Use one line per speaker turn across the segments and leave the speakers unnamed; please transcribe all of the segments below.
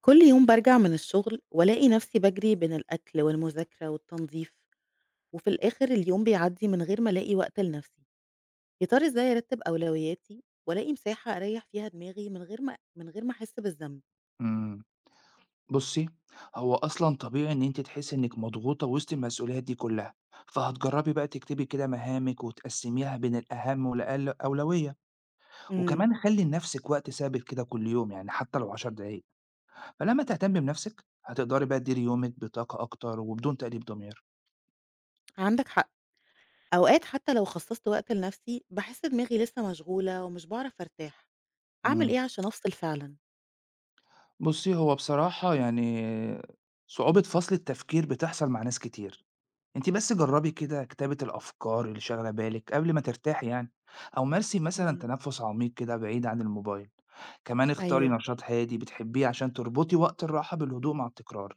كل يوم برجع من الشغل والاقي نفسي بجري بين الاكل والمذاكره والتنظيف، وفي الاخر اليوم بيعدي من غير ما الاقي وقت لنفسي. يا ترى ازاي ارتب اولوياتي والاقي مساحه اريح فيها دماغي من غير ما احس بالذنب؟
إمم، بُصّي، هو أصلًا طبيعي إن أنتِ تحسّي إنِّك مضغوطة وسط المسؤوليات دي كلّها، فهتجرّبي بقى تكتبي كده مهامِك وتقسّميها بين الأهم والأقل أولوية،
امم.
وكمان خلّي لنَفْسِك وقت ثابت كده كل يوم يعني حتى لو 10 دقايق، فلمّا تهتمّي بنَفْسِك هتقدري بقى تديري يومِك بطاقة أكتر وبدون تأنيب ضمير.
عندك حق، اوقات حتى لو خصصت وقت لنفسي بحس دماغي لسه مشغوله ومش بعرف ارتاح. اعمل
إمم،
ايه عشان افصل فعلا؟
بُصّي، هو بصراحة يعني صعوبة فصل التفكير بتحصل مع ناس كتير. أنتِ بس جرّبي كده كتابة الأفكار اللي شاغلة بالِك قبل ما ترتاحي يعني، أو مارسي مثلًا
امم.
تنفُّس عميق كده بعيد عن الموبايل، كمان اختاري
ايوه.
نشاط هادي بتحبيه عشان تربطي وقت الراحة بالهدوء مع التكرار.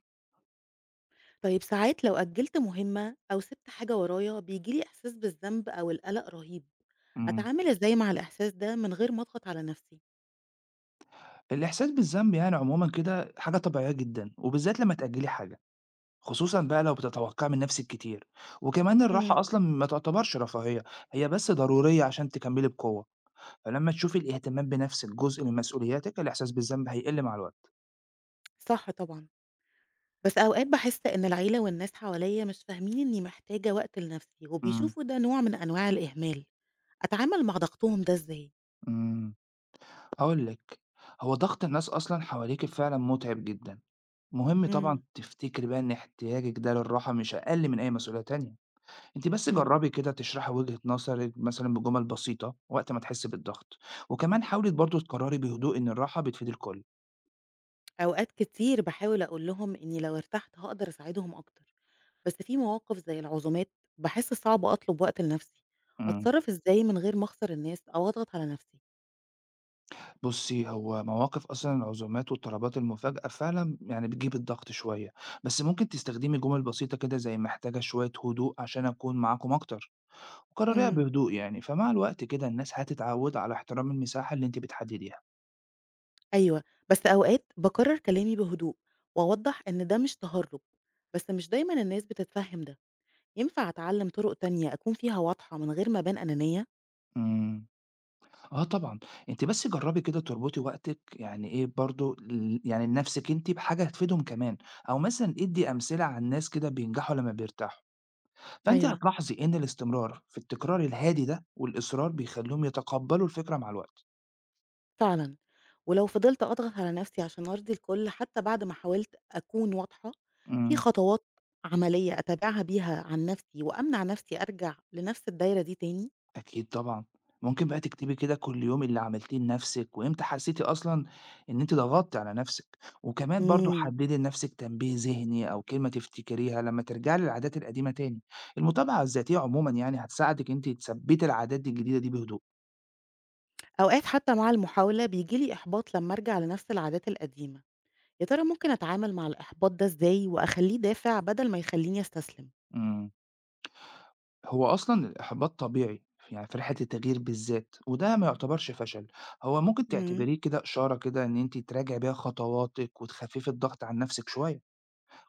طيب ساعات لو أجلت مهمة أو سِبت حاجة ورايا بييجي لي إحساس بالذنب أو القلق رهيب،
إمم،
أتعامل إزاي مع الإحساس ده من غير ما أضغط على نفسي؟
الإحساس بالذنب يعني عمومًا كده حاجة طبيعية جدًا، وبالذات لمّا تأجّلي حاجة، خصوصًا بقى لو بتتوقعي من نفسِك كتير، وكمان
إمم.
الراحة أصلًا ما تعتبرش رفاهية، هي بس ضرورية عشان تكمّلي بقوة، فلمّا تشوفي الاهتمام بنفسِك جزء من مسؤولياتِك، الإحساس بالذنب هيقِل مع الوقت.
صح طبعًا. بس أوقات باحس إن العيلة والناس حواليّا مش فاهمين إني محتاجة وقت لنفسي
إمم،
وبيشوفوا ده نوع من أنواع الإهمال، أتعامل مع ضغطهم ده إزاي؟
إمم. هاقول لِك، هو ضغط الناس أصلًا حواليكِ فعلًا مُتعِب جدًا، مهم
إمم.
طبعًا تفتكري بقى إن احتياجِك ده للراحة مش أقل من أي مسؤولية تانية، أنتِ بس
إمم.
جرّبي كده تشرحي وجهة نظرِك مثلًا بجُمل بسيطة وقت ما تحسّي بالضغط، وكمان حاولي برضه تقرّري بهدوء إن الراحة بتفيد الكل.
أوقات كتير باحاول أقول لهم إني لو ارتحت هاقدر أساعدهم أكتر. بس في مواقف زي العزومات باحس صعب أطلب وقت لنفسي،
إمم،
أتصرّف إزاي من غير ما أخسر الناس أو أضغط على نفسي؟
بُصّي، هو مواقف أصلًا العزومات والطلبات المفاجأة فعلًا يعني بتجيب الضغط شوية، بس ممكن تستخدمي جُمل بسيطة كده زي محتاجة شوية هدوء عشان أكون معاكم أكتر. وقرريها
إمم.
بهدوء يعني فمع الوقت كده الناس هتتعود على احترام المساحة اللي انت بتحدديها.
أيوه، بس أوقات باكرر كلامي بهدوء وأوضّح إن ده مش تهرُّب، بس مش دايمًا الناس بتتفهّم ده، ينفع أتعلم طرق تانية أكون فيها واضحة من غير ما أبان أنانية؟
امم اه طبعا، انت بس جربي كده تربطي وقتك يعني ايه برضو يعني لنفسك انت بحاجة هتفيدهم كمان، او مثلا ادي امثلة عن ناس كده بينجحوا لما بيرتاحوا، فانت
أيوه.
هتلاحظي ان الاستمرار في التكرار الهادي ده والاصرار بيخليهم يتقبلوا الفكرة مع الوقت.
فعلًا. ولو فضلت أضغط على نفسي عشان أرضي الكل حتى بعد ما حاولت أكون واضحة، في
امم
خطوات عملية أتابعها بيها عن نفسي وأمنع نفسي أرجع لنفس الدايرة دي تاني؟
أكيد طبعًا، ممكن بقى تكتبي كده كل يوم اللي عملتيه لنفسِك، وإمتى حسيتِ أصلًا إن أنتِ ضغطتِ على نفسِك، وكمان برضه
إمم.
حددي لنفسِك تنبيه ذهني أو كلمة تفتكريها لمّا ترجعي للعادات القديمة تاني، المتابعة الذاتية عمومًا يعني هتساعدِك أنتِ تثبّتي العادات دي الجديدة دي بهدوء.
أوقات حتى مع المحاولة بييجي لي إحباط لمّا أرجع لنفس العادات القديمة، يا ترى ممكن أتعامل مع الإحباط ده إزاي وأخلّيه دافع بدل ما يخلّيني أستسلم؟
إمم، هو أصلًا الإحباط طبيعي، يعني في رحلة التغيير بالذات، وده ما يعتبرش فشل، هو ممكن
إمم.
تعتبريه كده إشارة كده إن أنتِ تراجعي بيها خطواتِك وتخففي الضغط عن نفسِك شوية.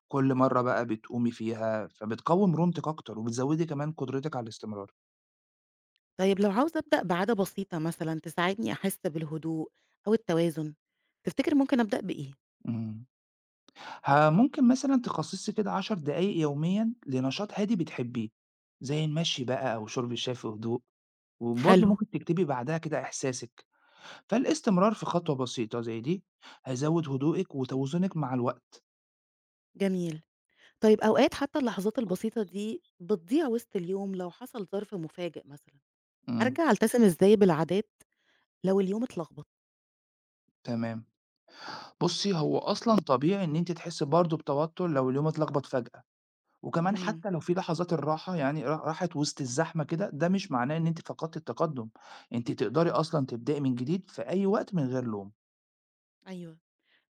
كل مرّة بقى بتقومي فيها، فبتقوّي مرونتِك أكتر، وبتزوّدي كمان قدرتِك على الاستمرار.
طيب لو عاوزة أبدأ بعادة بسيطة مثلًا تساعدني أحس بالهدوء أو التوازن، تفتكر ممكن أبدأ بإيه؟
إمم. ممكن مثلًا تخصّصي كده 10 دقايق يوميًا لنشاط هادي بتحبيه، زي المشي بقى أو شُرب الشاي في هدوء، وبرضه
حلو.
ممكن تكتبي بعدها كده إحساسِك، فالاستمرار في خطوة بسيطة زي دي هيزوّد هدوئِك وتوازنِك مع الوقت.
جميل. طيب أوقات حتى اللحظات البسيطة دي بتضيع وسط اليوم لو حصل ظرف مفاجئ مثلًا،
إمم،
أرجع ألتزم إزاي بالعادات لو اليوم اتلخبط؟
تمام. بُصّي، هو أصلًا طبيعي إن أنتِ تحسّي برضه بتوتُّر لو اليوم اتلخبط فجأة. وكمان
إمم.
حتى لو في لحظات الراحة يعني راحت وسط الزحمة كده، ده مش معناه إن أنتِ فقدتِ التقدُّم، أنتِ تقدري أصلًا تبدئي من جديد في أي وقت من غير لوم.
أيوه.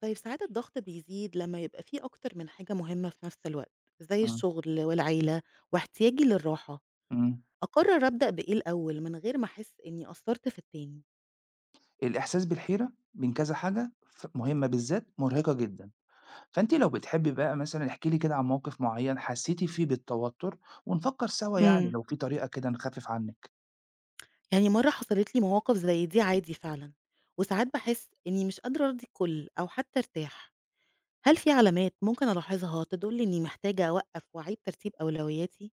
طيب ساعات الضغط بيزيد لما يبقى فيه أكتر من حاجة مهمة في نفس الوقت زي
إمم،
الشغل والعيلة واحتياجي للراحة،
إمم.
أقرر أبدأ بإيه الأول من غير ما أحس إني قصرت في التاني؟
الإحساس بالحيرة من كذا حاجة مهمة بالذات مرهقة جدًا، فأنتِ لو بتحبي بقى مثلًا احكي لي كده عن موقف معيّن حسيتِ فيه بالتوتر ونفكّر سوا يعني
امم.
لو في طريقة كده نخفف عنِّك.
يعني مرة حصلت لي مواقف زي دي عادي فعلا، وساعات بحس إني مش قادرة أرضي الكل أو حتى أرتاح. هل في علامات ممكن ألاحظها تدل إني محتاجة أوقف وأعيد ترتيب أولوياتي؟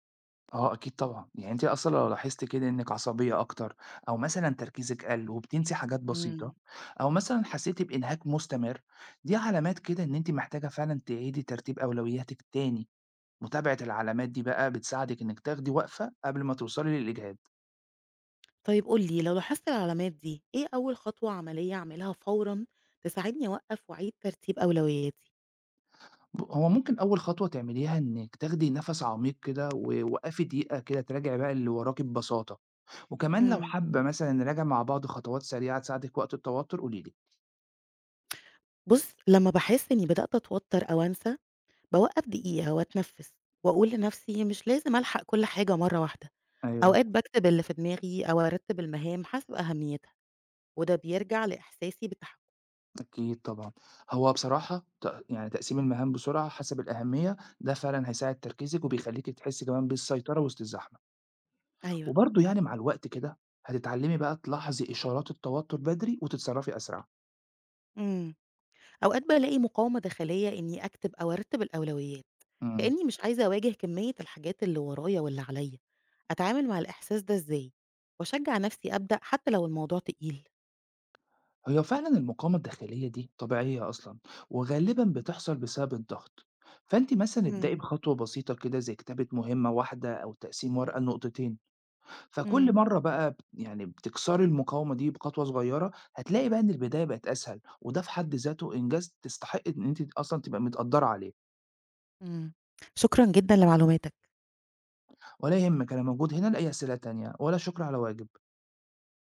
آه أكيد طبعًا، يعني أنتِ أصلًا لو لاحظتِ كده إنِّك عصبية أكتر أو مثلًا تركيزِك قَل وبتنسي حاجات بسيطة
امم.
أو مثلًا حسيتِ بإنهاك مستمر، دي علامات كده إن أنتِ محتاجة فعلًا تعيدي ترتيب أولوياتِك تاني، متابعة العلامات دي بقى بتساعدِك إنِّك تاخدي وقفة قبل ما توصلي للإجهاد،
طيب قولي لو لاحظت العلامات دي إيه أول خطوة عملية أعملها فورا تساعدني أوقف وأعيد ترتيب أولوياتي؟
هو ممكن أول خطوة تعمليها إنِّك تاخدي نَفَس عميق كده ووقّفي دقيقة كده تراجعي بقى اللي وراكِ ببساطة، وكمان لو
إمم.
حابة مثلًا نراجع مع بعض خطوات سريعة تساعدِك وقت التوتر قولي لي.
بُص، لمّا باحس إنّي بدأت أتوتّر أو أنسى، باوقّف دقيقة وأتنفّس وأقول لنفسي مش لازم ألحق كل حاجة مرّة واحدة.
أيوه.
أوقات باكتب اللي في دماغي أو أرتّب المهام حسب أهميتها، وده بيرجع لإحساسي بالتحكم.
أكيد طبعًا. هو بصراحة يعني تقسيم المهام بسرعة حسب الأهمية، ده فعلًا هيساعد تركيزِك وبيخلّيكِ تحسّي كمان بالسيطرة وسط الزحمة.
أيوه.
وبرضه يعني مع الوقت كده هتتعلّمي بقى تلاحظي إشارات التوتر بدري وتتصرّفي أسرع.
إمم. أوقات بالاقي مقاومة داخلية إنّي أكتب أو أرتّب الأولويات،
إمم.
كإنّي مش عايزة أواجه كمية الحاجات اللي ورايا واللي عليَّ. أتعامل مع الإحساس ده إزاي؟ وأشجّع نفسي أبدأ حتى لو الموضوع تقيل؟
هي فعلًا المقاومة الداخلية دي طبيعية أصلًا وغالبًا بتحصل بسبب الضغط. فأنتِ مثلًا ابدئي
إمم.
بخطوة بسيطة كده زي كتابة مهمة واحدة أو تقسيم ورقة لنقطتين. فكل
إمم.
مرّة بقى يعني بتكسري المقاومة دي بخطوة صغيّرة، هتلاقي بقى إن البداية بقت أسهل، وده في حد ذاته إنجاز تستحقي إن أنتِ أصلًا تبقى متقدّرة عليه،
إمم. شكرًا جدًا لمعلوماتك.
ولا يهمِّك أنا موجود هنا لأي أسئلة تانية، ولا شكر على واجب.